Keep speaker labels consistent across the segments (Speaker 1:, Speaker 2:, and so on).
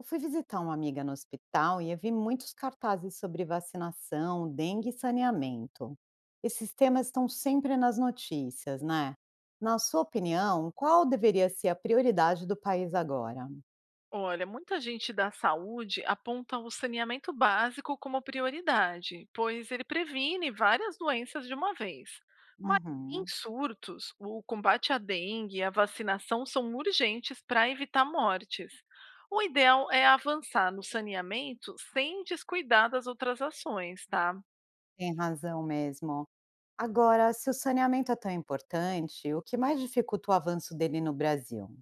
Speaker 1: Eu fui visitar uma amiga no hospital e eu vi muitos cartazes sobre vacinação, dengue e saneamento. Esses temas estão sempre nas notícias, né? Na sua opinião, qual deveria ser a prioridade do país agora?
Speaker 2: Olha, muita gente da saúde aponta o saneamento básico como prioridade, pois ele previne várias doenças de uma vez. Mas em
Speaker 1: Uhum,
Speaker 2: surtos, o combate à dengue e a vacinação são urgentes para evitar mortes. O ideal é avançar no saneamento sem descuidar das outras ações, tá?
Speaker 1: tem razão mesmo. Agora, se o saneamento é tão importante, o que mais dificulta o avanço dele no Brasil?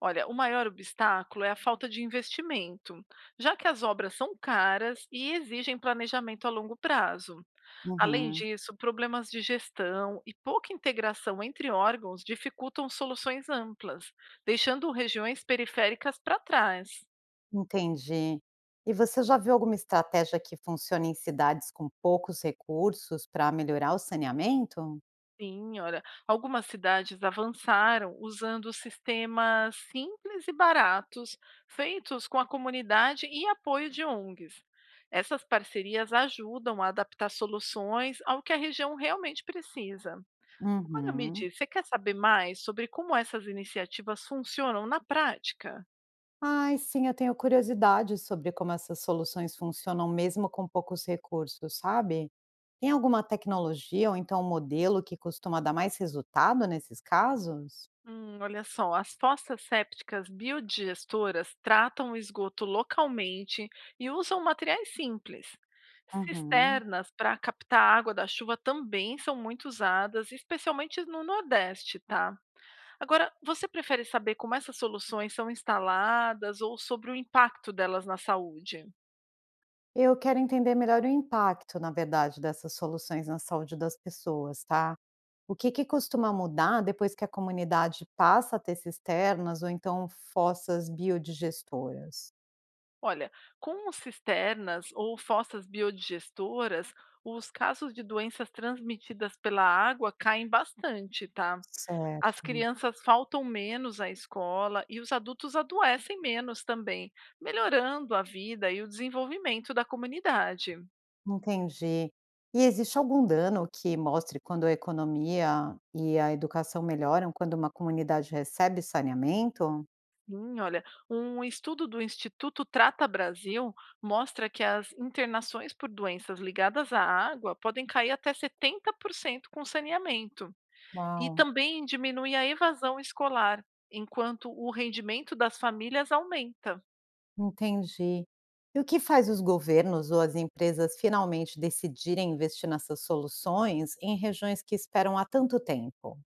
Speaker 2: Olha, o maior obstáculo é a falta de investimento, já que as obras são caras e exigem planejamento a longo prazo. Além
Speaker 1: Uhum,
Speaker 2: disso, problemas de gestão e pouca integração entre órgãos dificultam soluções amplas, deixando regiões periféricas para trás.
Speaker 1: entendi. E você já viu alguma estratégia que funciona em cidades com poucos recursos para melhorar o saneamento?
Speaker 2: Sim, olha, algumas cidades avançaram usando sistemas simples e baratos, feitos com a comunidade e apoio de ONGs. Essas parcerias ajudam a adaptar soluções ao que a região realmente precisa. Agora me
Speaker 1: Uhum.
Speaker 2: diz, você quer saber mais sobre como essas iniciativas funcionam na prática?
Speaker 1: Ai, sim, eu tenho curiosidade sobre como essas soluções funcionam mesmo com poucos recursos, sabe? Tem alguma tecnologia ou então um modelo que costuma dar mais resultado nesses casos?
Speaker 2: Olha só, as fossas sépticas biodigestoras tratam o esgoto localmente e usam materiais simples.
Speaker 1: Uhum.
Speaker 2: Cisternas para captar água da chuva também são muito usadas, especialmente no Nordeste, tá? Agora, você prefere saber como essas soluções são instaladas ou sobre o impacto delas na saúde?
Speaker 1: Eu quero entender melhor o impacto, na verdade, dessas soluções na saúde das pessoas, tá? O que que costuma mudar depois que a comunidade passa a ter cisternas ou então fossas biodigestoras?
Speaker 2: Olha, com cisternas ou fossas biodigestoras, os casos de doenças transmitidas pela água caem bastante, tá? As
Speaker 1: Certo.
Speaker 2: crianças faltam menos à escola e os adultos adoecem menos também, melhorando a vida e o desenvolvimento da comunidade.
Speaker 1: Entendi. E existe algum dano que mostre quando a economia e a educação melhoram quando uma comunidade recebe saneamento?
Speaker 2: Sim, olha, um estudo do Instituto Trata Brasil mostra que as internações por doenças ligadas à água podem cair até 70% com saneamento e
Speaker 1: Uau,
Speaker 2: também diminui a evasão escolar, enquanto o rendimento das famílias aumenta.
Speaker 1: entendi. E o que faz os governos ou as empresas finalmente decidirem investir nessas soluções em regiões que esperam há tanto tempo?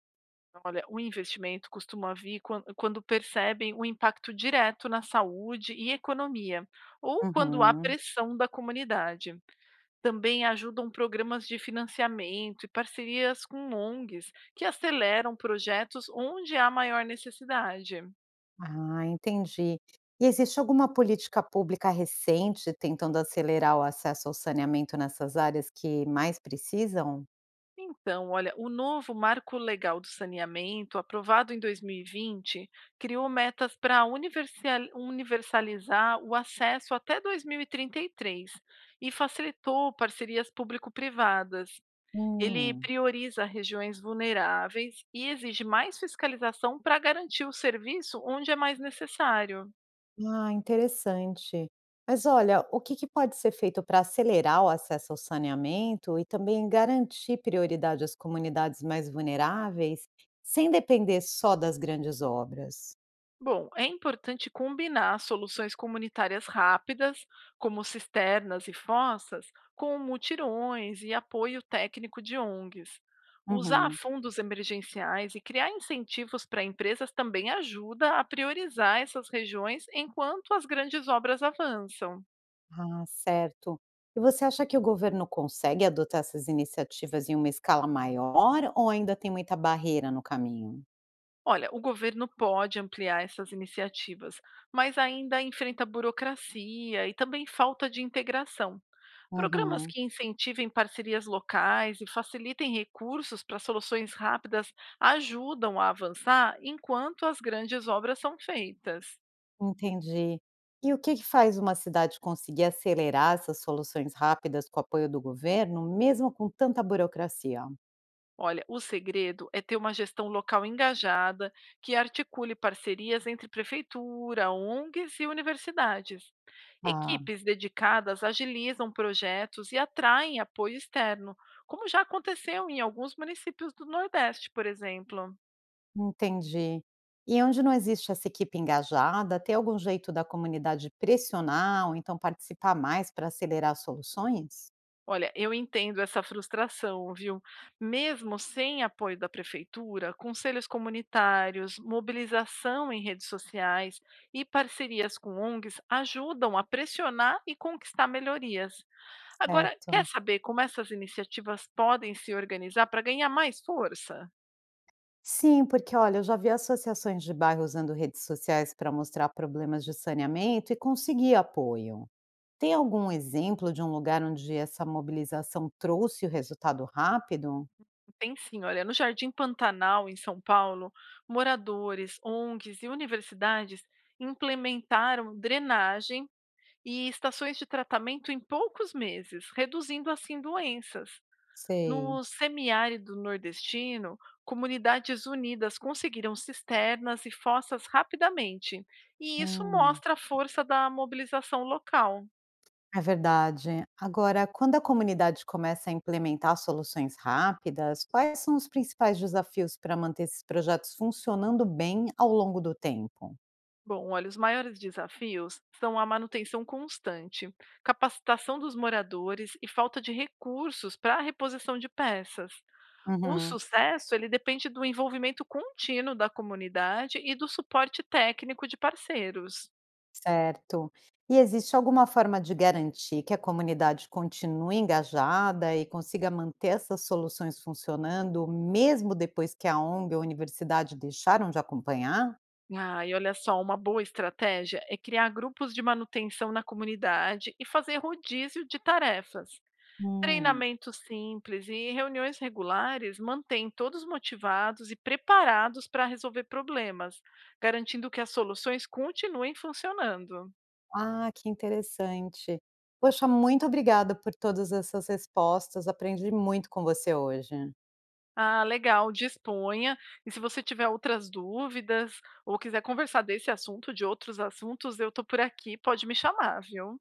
Speaker 2: Olha, o investimento costuma vir quando percebem o impacto direto na saúde e economia, ou quando há
Speaker 1: Uhum.
Speaker 2: pressão da comunidade. Também ajudam programas de financiamento e parcerias com ONGs, que aceleram projetos onde há maior necessidade.
Speaker 1: Ah, entendi. E existe alguma política pública recente tentando acelerar o acesso ao saneamento nessas áreas que mais precisam?
Speaker 2: Então, olha, o novo Marco Legal do Saneamento, aprovado em 2020, criou metas para universalizar o acesso até 2033 e 33 e facilitou parcerias público-privadas. Ele
Speaker 1: Hum.
Speaker 2: prioriza regiões vulneráveis e exige mais fiscalização para garantir o serviço onde é mais necessário.
Speaker 1: Ah, interessante. Mas olha, o que que pode ser feito para acelerar o acesso ao saneamento e também garantir prioridade às comunidades mais vulneráveis, sem depender só das grandes obras?
Speaker 2: Bom, é importante combinar soluções comunitárias rápidas, como cisternas e fossas, com mutirões e apoio técnico de ONGs. Usar
Speaker 1: Uhum.
Speaker 2: fundos emergenciais e criar incentivos para empresas também ajuda a priorizar essas regiões enquanto as grandes obras avançam.
Speaker 1: Ah, certo. E você acha que o governo consegue adotar essas iniciativas em uma escala maior ou ainda tem muita barreira no caminho?
Speaker 2: Olha, o governo pode ampliar essas iniciativas, mas ainda enfrenta burocracia e também falta de integração. Programas
Speaker 1: Uhum.
Speaker 2: que incentivem parcerias locais e facilitem recursos para soluções rápidas ajudam a avançar enquanto as grandes obras são feitas.
Speaker 1: Entendi. E o que que faz uma cidade conseguir acelerar essas soluções rápidas com o apoio do governo, mesmo com tanta burocracia?
Speaker 2: Olha, o segredo é ter uma gestão local engajada que articule parcerias entre prefeitura, ONGs e universidades.
Speaker 1: Ah,
Speaker 2: Equipes dedicadas agilizam projetos e atraem apoio externo, como já aconteceu em alguns municípios do Nordeste, por exemplo.
Speaker 1: entendi. E onde não existe essa equipe engajada, tem algum jeito da comunidade pressionar ou então participar mais para acelerar soluções?
Speaker 2: Olha, eu entendo essa frustração, viu? Mesmo sem apoio da prefeitura, conselhos comunitários, mobilização em redes sociais e parcerias com ONGs ajudam a pressionar e conquistar melhorias. Agora, quer
Speaker 1: Certo.
Speaker 2: saber como essas iniciativas podem se organizar para ganhar mais força?
Speaker 1: Sim, porque olha, eu já vi associações de bairro usando redes sociais para mostrar problemas de saneamento e conseguir apoio. Tem algum exemplo de um lugar onde essa mobilização trouxe o resultado rápido?
Speaker 2: Tem sim, olha, no Jardim Pantanal, em São Paulo, moradores, ONGs e universidades implementaram drenagem e estações de tratamento em poucos meses, reduzindo assim doenças.
Speaker 1: Sei.
Speaker 2: No semiárido nordestino, comunidades unidas conseguiram cisternas e fossas rapidamente, e isso
Speaker 1: Hum.
Speaker 2: mostra a força da mobilização local.
Speaker 1: É verdade. Agora, quando a comunidade começa a implementar soluções rápidas, quais são os principais desafios para manter esses projetos funcionando bem ao longo do tempo?
Speaker 2: Bom, olha, os maiores desafios são a manutenção constante, capacitação dos moradores e falta de recursos para a reposição de peças. O
Speaker 1: Uhum.
Speaker 2: sucesso, ele depende do envolvimento contínuo da comunidade e do suporte técnico de parceiros.
Speaker 1: Certo. E existe alguma forma de garantir que a comunidade continue engajada e consiga manter essas soluções funcionando, mesmo depois que a ONG ou a universidade deixaram de acompanhar?
Speaker 2: Ah, e olha só, uma boa estratégia é criar grupos de manutenção na comunidade e fazer rodízio de tarefas.
Speaker 1: Hum,
Speaker 2: Treinamentos simples e reuniões regulares mantêm todos motivados e preparados para resolver problemas, garantindo que as soluções continuem funcionando.
Speaker 1: ah, que interessante. Poxa, muito obrigada por todas essas respostas. Aprendi muito com você hoje.
Speaker 2: Ah, legal, disponha. E se você tiver outras dúvidas ou quiser conversar desse assunto, de outros assuntos, eu tô por aqui, pode me chamar, viu?